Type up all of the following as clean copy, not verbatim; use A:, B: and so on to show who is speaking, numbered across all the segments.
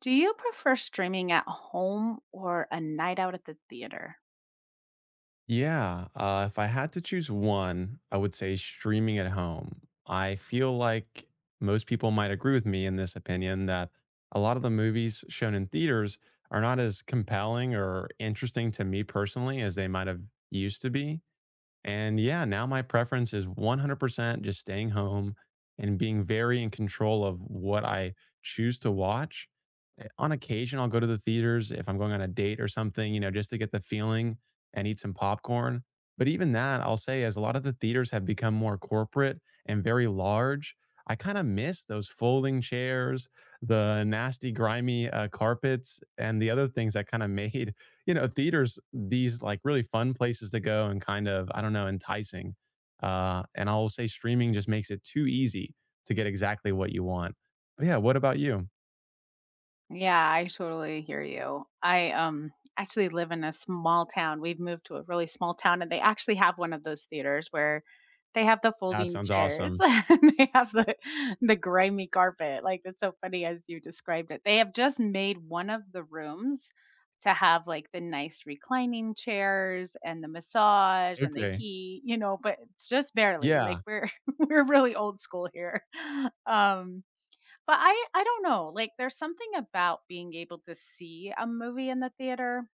A: Do you prefer streaming at home or a night out at the theater?
B: Yeah, if I had to choose one, I would say streaming at home. I feel like most people might agree with me in this opinion that a lot of the movies shown in theaters are not as compelling or interesting to me personally as they might have used to be. And yeah, now my preference is 100% just staying home and being very in control of what I choose to watch. On occasion, I'll go to the theaters if I'm going on a date or something, you know, just to get the feeling and eat some popcorn. But even that, I'll say, as a lot of the theaters have become more corporate and very large, I kind of miss those folding chairs, the nasty, grimy carpets, and the other things that kind of made theaters, these like really fun places to go and kind of, I don't know, enticing. And I'll say streaming just makes it too easy to get exactly what you want. But yeah, what about you?
A: Yeah, I totally hear you. I actually live in a small town. We've moved to a really small town, and they actually have one of those theaters where they have the
B: That
A: folding
B: sounds
A: chairs
B: awesome.
A: and they have the grimy carpet. Like, it's so funny as you described it. They have just made one of the rooms to have like the nice reclining chairs and the massage and the
B: Okay.
A: heat, you know, but it's just barely. Like,
B: Yeah.
A: we're we're really old school here. Um but I don't know, like, there's something about being able to see a movie in the theater,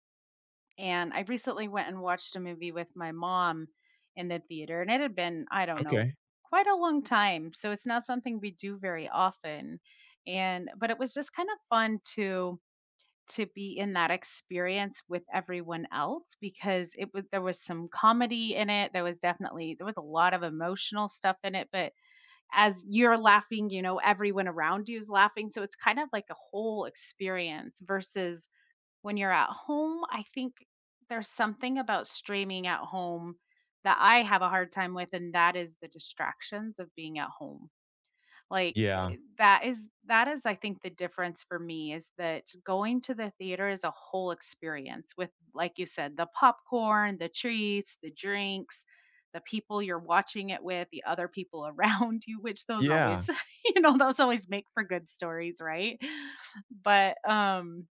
A: and I recently went and watched a movie with my mom in the theater, and it had been, I don't know,
B: Okay.
A: quite a long time, so it's not something we do very often, and but it was just kind of fun to be in that experience with everyone else because it was there was some comedy in it, there was a lot of emotional stuff in it, but as you're laughing, you know, everyone around you is laughing. So it's kind of like a whole experience versus when you're at home. I think there's something about streaming at home that I have a hard time with, and that is the distractions of being at home. Like,
B: Yeah.
A: that is, I think, the difference for me is that going to the theater is a whole experience with, like you said, the popcorn, the treats, the drinks, the people you're watching it with, the other people around you, which those
B: Yeah.
A: always, you know, those always make for good stories, right? But, um,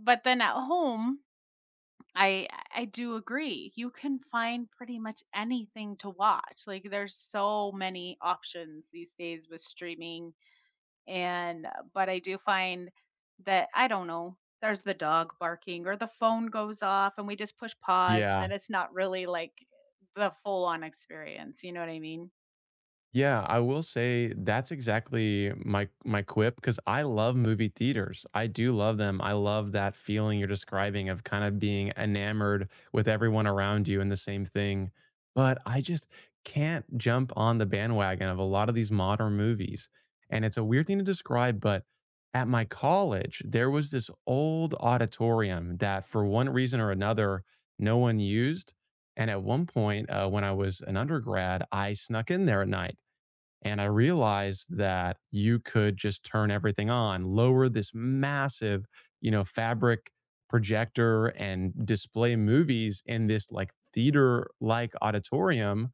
A: but then at home, I I do agree. You can find pretty much anything to watch. Like, there's so many options these days with streaming and but I do find that I don't know, there's the dog barking or the phone goes off and we just push pause,
B: Yeah.
A: then it's not really like the full on experience, you know what I mean?
B: Yeah, I will say that's exactly my quip because I love movie theaters. I do love them. I love that feeling you're describing of kind of being enamored with everyone around you and the same thing. But I just can't jump on the bandwagon of a lot of these modern movies. And it's a weird thing to describe, but at my college, there was this old auditorium that for one reason or another, no one used. And at one point, when I was an undergrad, I snuck in there at night and I realized that you could just turn everything on, lower this massive, you know, fabric projector and display movies in this like theater like auditorium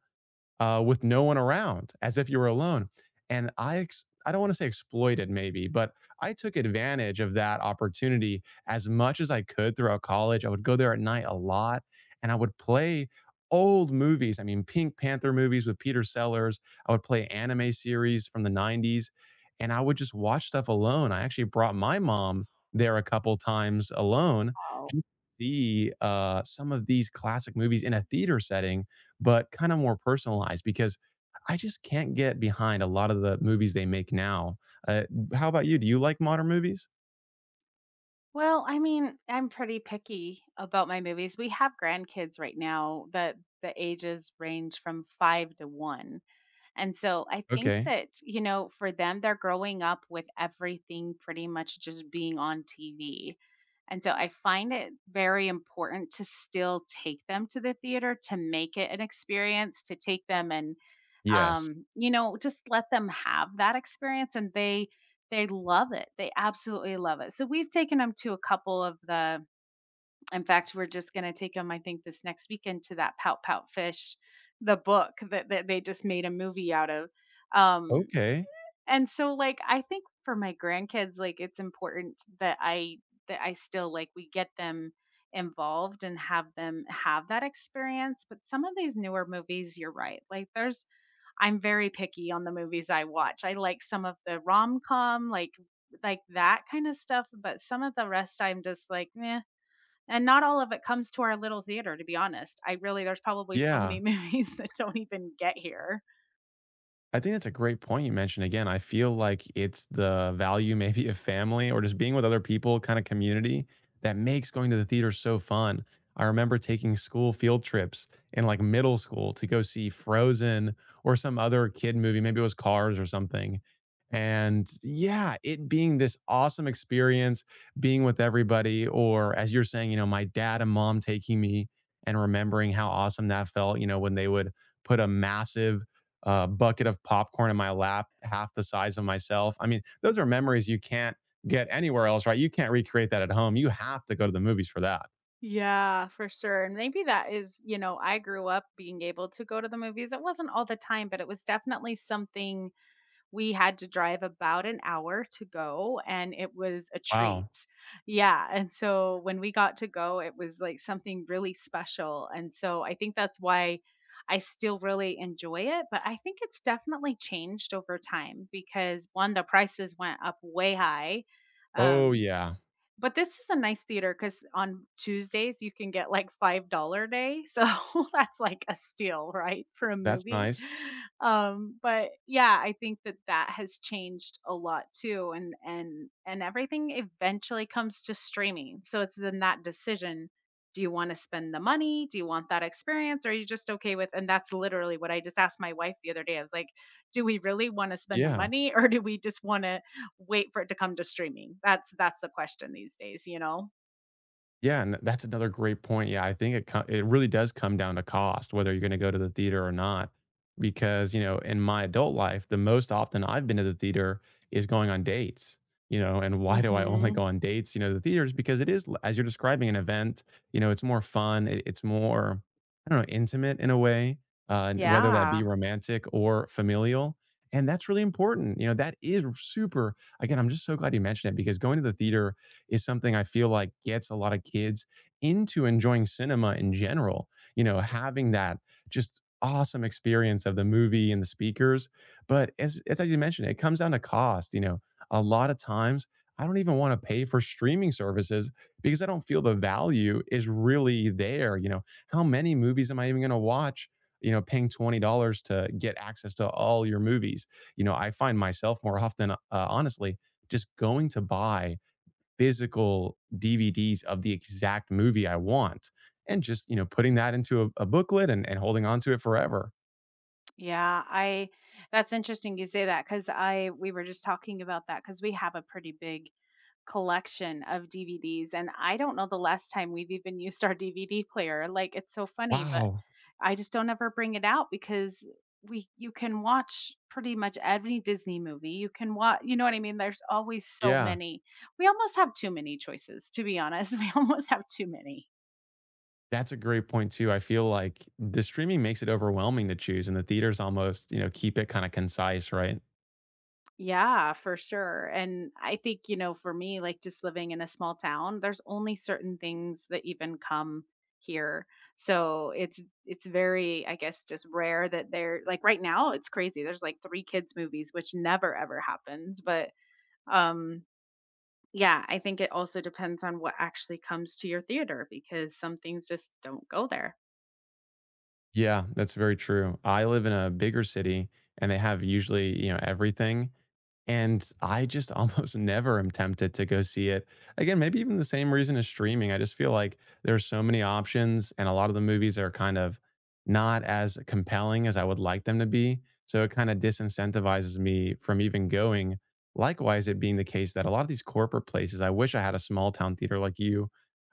B: with no one around, as if you were alone. And I don't want to say exploited, maybe, but I took advantage of that opportunity as much as I could throughout college. I would go there at night a lot, and I would play old movies. I mean, Pink Panther movies with Peter Sellers. I would play anime series from the '90s, and I would just watch stuff alone. I actually brought my mom there a couple times alone.
A: Oh.
B: Just to See some of these classic movies in a theater setting but kind of more personalized because I just can't get behind a lot of the movies they make now. Uh, how about you? Do you like modern movies?
A: Well, I mean, I'm pretty picky about my movies. We have grandkids right now that the ages range from 5 to 1. And so I think
B: Okay.
A: that, you know, for them, they're growing up with everything pretty much just being on TV. And so I find it very important to still take them to the theater, to make it an experience, to take them and,
B: Yes.
A: you know, just let them have that experience. And they love it. They absolutely love it. So we've taken them to a couple of the in fact, we're just gonna take them. I think, this next weekend to that Pout Pout Fish, the book that they just made a movie out of. Um,
B: Okay.
A: and so, like, I think for my grandkids, like, it's important that I still like, we get them involved and have them have that experience, but some of these newer movies, you're right, like, there's I'm very picky on the movies I watch. I like some of the rom-com, like, that kinda stuff, but some of the rest I'm just like, "Meh, and not all of it comes to our little theater, to be honest. I really there's probably so
B: Yeah.
A: many movies that don't even get here.
B: I think that's a great point you mentioned. Again, I feel like it's the value maybe of family or just being with other people, kind of community that makes going to the theater so fun. I remember taking school field trips in like middle school to go see Frozen or some other kid movie. Maybe it was Cars or something. And yeah, it being this awesome experience, being with everybody, or as you're saying, you know, my dad and mom taking me and remembering how awesome that felt, you know, when they would put a massive a bucket of popcorn in my lap, half the size of myself. I mean, those are memories you can't get anywhere else, right? You can't recreate that at home. You have to go to the movies for that.
A: Yeah, for sure. And maybe that is, you know, I grew up being able to go to the movies. It wasn't all the time, but it was definitely something we had to drive about an hour to go, and it was a
B: Wow.
A: treat. Yeah, and so when we got to go, it was like something really special, and so I think that's why I still really enjoy it, but I think it's definitely changed over time because one, the prices went up way high.
B: Oh,
A: Um,
B: yeah.
A: but this is a nice theater because on Tuesdays, you can get, like, $5 day, so that's, like, a steal, right, for a
B: That's
A: movie?
B: nice.
A: But, yeah, I think that that has changed a lot too, and and everything eventually comes to streaming, so it's then that decision, do you wanna spend the money? Do you want that experience? Or are you just okay with and that's literally what I just asked my wife the other day, I was like, "Do we really wanna spend the
B: Yeah.
A: money, or do we just wanna wait for it to come to streaming. That's the question these days, you know?
B: Yeah, that's another great point. Yeah, I think it really does come down to cost, whether you're going to go to the theater or not. Because you know, in my adult life, the most often I've been to the theater is going on dates. You know, and why do I only
A: Mhm.
B: go on dates? You know, to the theaters because as you're describing, an event. You know, it's more fun. It's more, I don't know, intimate in a way, and whether that be
A: Yeah.
B: romantic or familial. And that's really important. You know, that is super. Again, I'm just so glad you mentioned it because going to the theater is something I feel like gets a lot of kids into enjoying cinema in general. You know, having that just awesome experience of the movie and the speakers. But as you mentioned, it comes down to cost. You know, a lot of times I don't even want to pay for streaming services because I don't feel the value is really there. You know, how many movies am I even going to watch? You know, paying $20 to get access to all your movies. You know, I find myself more often, honestly, just going to buy physical DVDs of the exact movie I want and just, you know, putting that into a booklet and holding on to it forever.
A: Yeah, I that's interesting you say that because I we were just talking about that because we have a pretty big collection of DVDs, and I don't know the last time we've even used our DVD player. Like, it's so funny, but
B: Wow.
A: I just don't ever bring it out because we you can watch pretty much every Disney movie. You can watch, you know what I mean? There's always so
B: Yeah,
A: many. We almost have too many choices, to be honest. We almost have too many.
B: that's a great point too. I feel like the streaming makes it overwhelming to choose, and the theaters almost, you know, keep it kind of concise, right?
A: Yeah, for sure. And I think, you know, for me, like just living in a small town, there's only certain things that even come here. So it's very, I guess, just rare that they're like right now it's crazy. There's like three kids movies, which never ever happens. But um yeah, I think it also depends on what actually comes to your theater because some things just don't go there.
B: Yeah, that's very true. I live in a bigger city and they have usually, you know, everything. And I just almost never am tempted to go see it. Again, maybe even the same reason as streaming. I just feel like there's so many options and a lot of the movies are kind of not as compelling as I would like them to be. So it kind of disincentivizes me from even going. Likewise, it being the case that a lot of these corporate places, I wish I had a small town theater like you.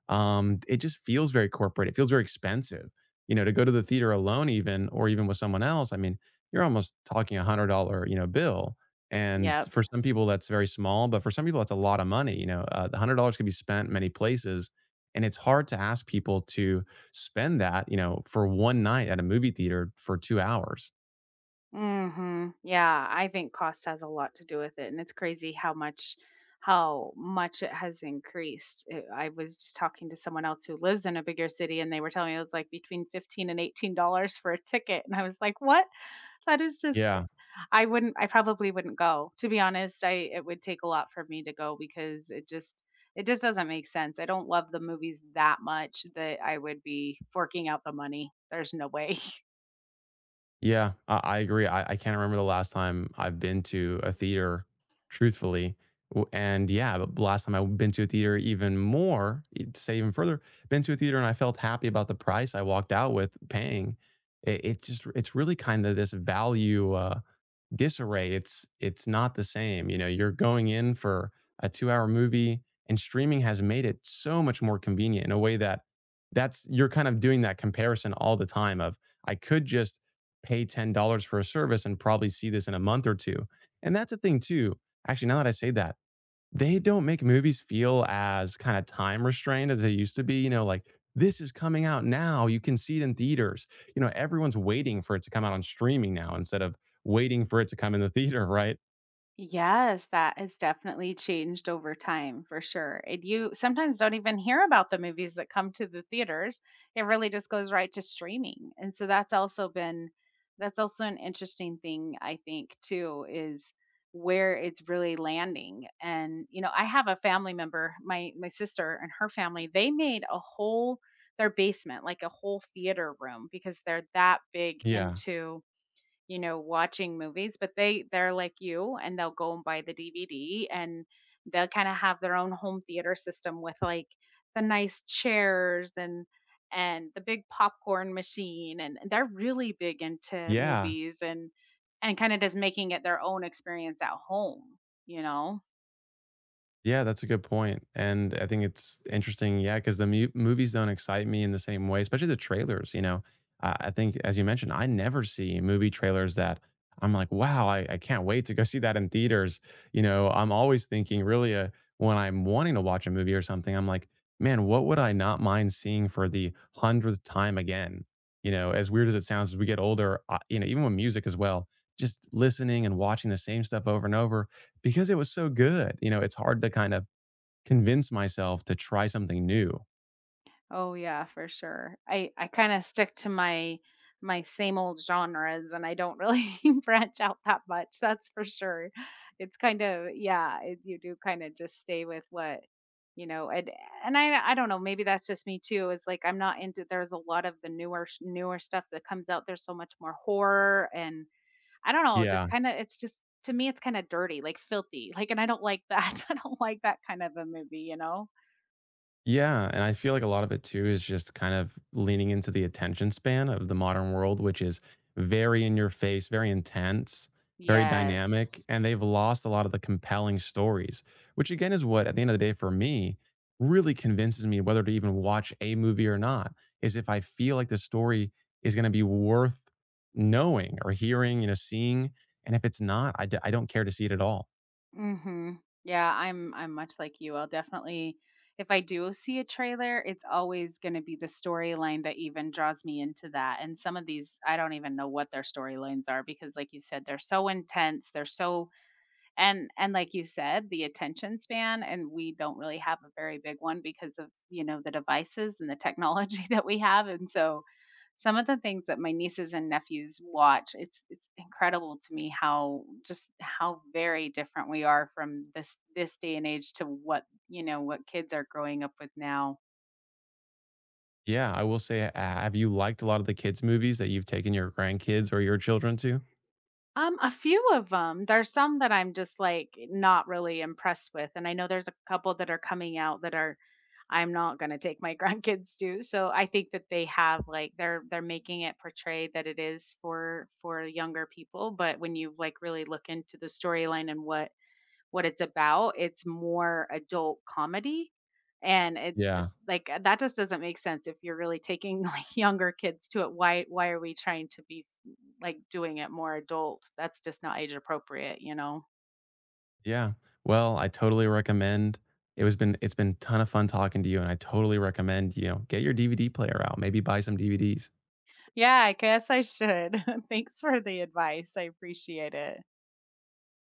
B: It just feels very corporate. It feels very expensive. You know, to go to the theater alone, even or even with someone else. I mean, you're almost talking a $100, you know, bill and
A: Yeah,
B: for some people, that's very small, but for some people, that's a lot of money. You know, the $100 could be spent many places, and it's hard to ask people to spend that. You know, for one night at a movie theater for 2 hours.
A: mhm. Yeah, I think cost has a lot to do with it, and it's crazy how much it has increased. It, I was just talking to someone else who lives in a bigger city, and they were telling me it's like between $15 and $18 for a ticket, and I was like, "What? That is just."
B: Yeah,
A: I wouldn't. I probably wouldn't go. To be honest, I it would take a lot for me to go because it just doesn't make sense. I don't love the movies that much that I would be forking out the money. There's no way.
B: yeah, I agree. I can't remember the last time I've been to a theater, truthfully. And yeah, but the last time I've been to a theater even more, to say even further, been to a theater and I felt happy about the price I walked out with paying. It's just it's really kind of this value. Disarray. It's not the same. You know, you're going in for a 2-hour movie and streaming has made it so much more convenient in a way that that's you're kind of doing that comparison all the time of I could just pay $10 for a service and probably see this in a month or 2. And that's a thing too. Actually, now that I say that they don't make movies feel as kinda time restrained as they used to be, you know, like, "This is coming out now, you can see it in theaters." You know, everyone's waiting for it to come out on streaming now instead of waiting for it to come in the theater, right?
A: Yes, that has definitely changed over time for sure. And you sometimes don't even hear about the movies that come to the theaters. It really just goes right to streaming. And so that's also an interesting thing I think too is where it's really landing. And you know, I have a family member, my sister and her family, they made a whole their basement like a whole theater room because they're that big
B: Yeah.
A: into you know, watching movies, but they're like you and they'll go and buy the DVD, and they'll kind of have their own home theater system with like the nice chairs and the big popcorn machine, and they're really big into
B: Yeah.
A: movies and kind of just making it their own experience at home, you know?
B: Yeah, that's a good point, and I think it's interesting. Yeah, because the mu movies don't excite me in the same way, especially the trailers, you know? I think as you mentioned, I never see movie trailers that I'm like, "Wow, I can't wait to go see that in theaters." You know, I'm always thinking really, when I'm wanting to watch a movie or something, I'm like, "Man, what would I not mind seeing for the 100th time again?" You know, as weird as it sounds, as we get older, you know, even with music as well, just listening and watching the same stuff over and over, because it was so good, you know, it's hard to kind of convince myself to try something new.
A: Oh yeah, for sure. I kind of stick to my same old genres, and I don't really branch out that much. That's for sure. It's kind of yeah, it, you do kind of just stay with what you know, and I don't know, maybe that's just me too. Is like I'm not into there's a lot of the newer stuff that comes out. There's so much more horror, and I don't know, just
B: Yeah.
A: kind of it's just to me it's kind of dirty, like filthy. Like, and I don't like that. I don't like that kind of a movie, you know.
B: Yeah, and I feel like a lot of it too is just kind of leaning into the attention span of the modern world, which is very in your face, very intense, very dynamic,
A: Yes.
B: and they've lost a lot of the compelling stories, which again is what, at the end of the day, for me, really convinces me whether to even watch a movie or not, is if I feel like the story is going to be worth knowing or hearing, you know, seeing. And if it's not, I don't care to see it at all.
A: Mhm. Yeah, I'm much like you. I'll definitely if I do see a trailer, it's always going to be the storyline that even draws me into that. And some of these I don't even know what their storylines are because like you said, they're so intense, they're so and like you said, the attention span, and we don't really have a very big one because of, you know, the devices and the technology that we have. And so some of the things that my nieces and nephews watch, it's incredible to me how just how very different we are from this day and age to what, you know, what kids are growing up with now.
B: Yeah, I will say, have you liked a lot of the kids' movies that you've taken your grandkids or your children to?
A: A few of them. There's some that I'm just, like, not really impressed with, and I know there's a couple that are coming out that are I'm not gonna take my grandkids to, so I think that they have, like they're making it portrayed that it is for younger people, but when you, like, really look into the storyline and what it's about. It's more adult comedy, and it's
B: Yeah,
A: just like, that just doesn't make sense if you're really taking, like, younger kids to it. Why are we trying to be, like, doing it more adult? That's just not age appropriate, you know?
B: yeah. Well, I totally recommend it's been ton of fun talking to you, and I totally recommend, you know, get your DVD player out, maybe buy some DVDs.
A: Yeah, I guess I should. Thanks for the advice. I appreciate it.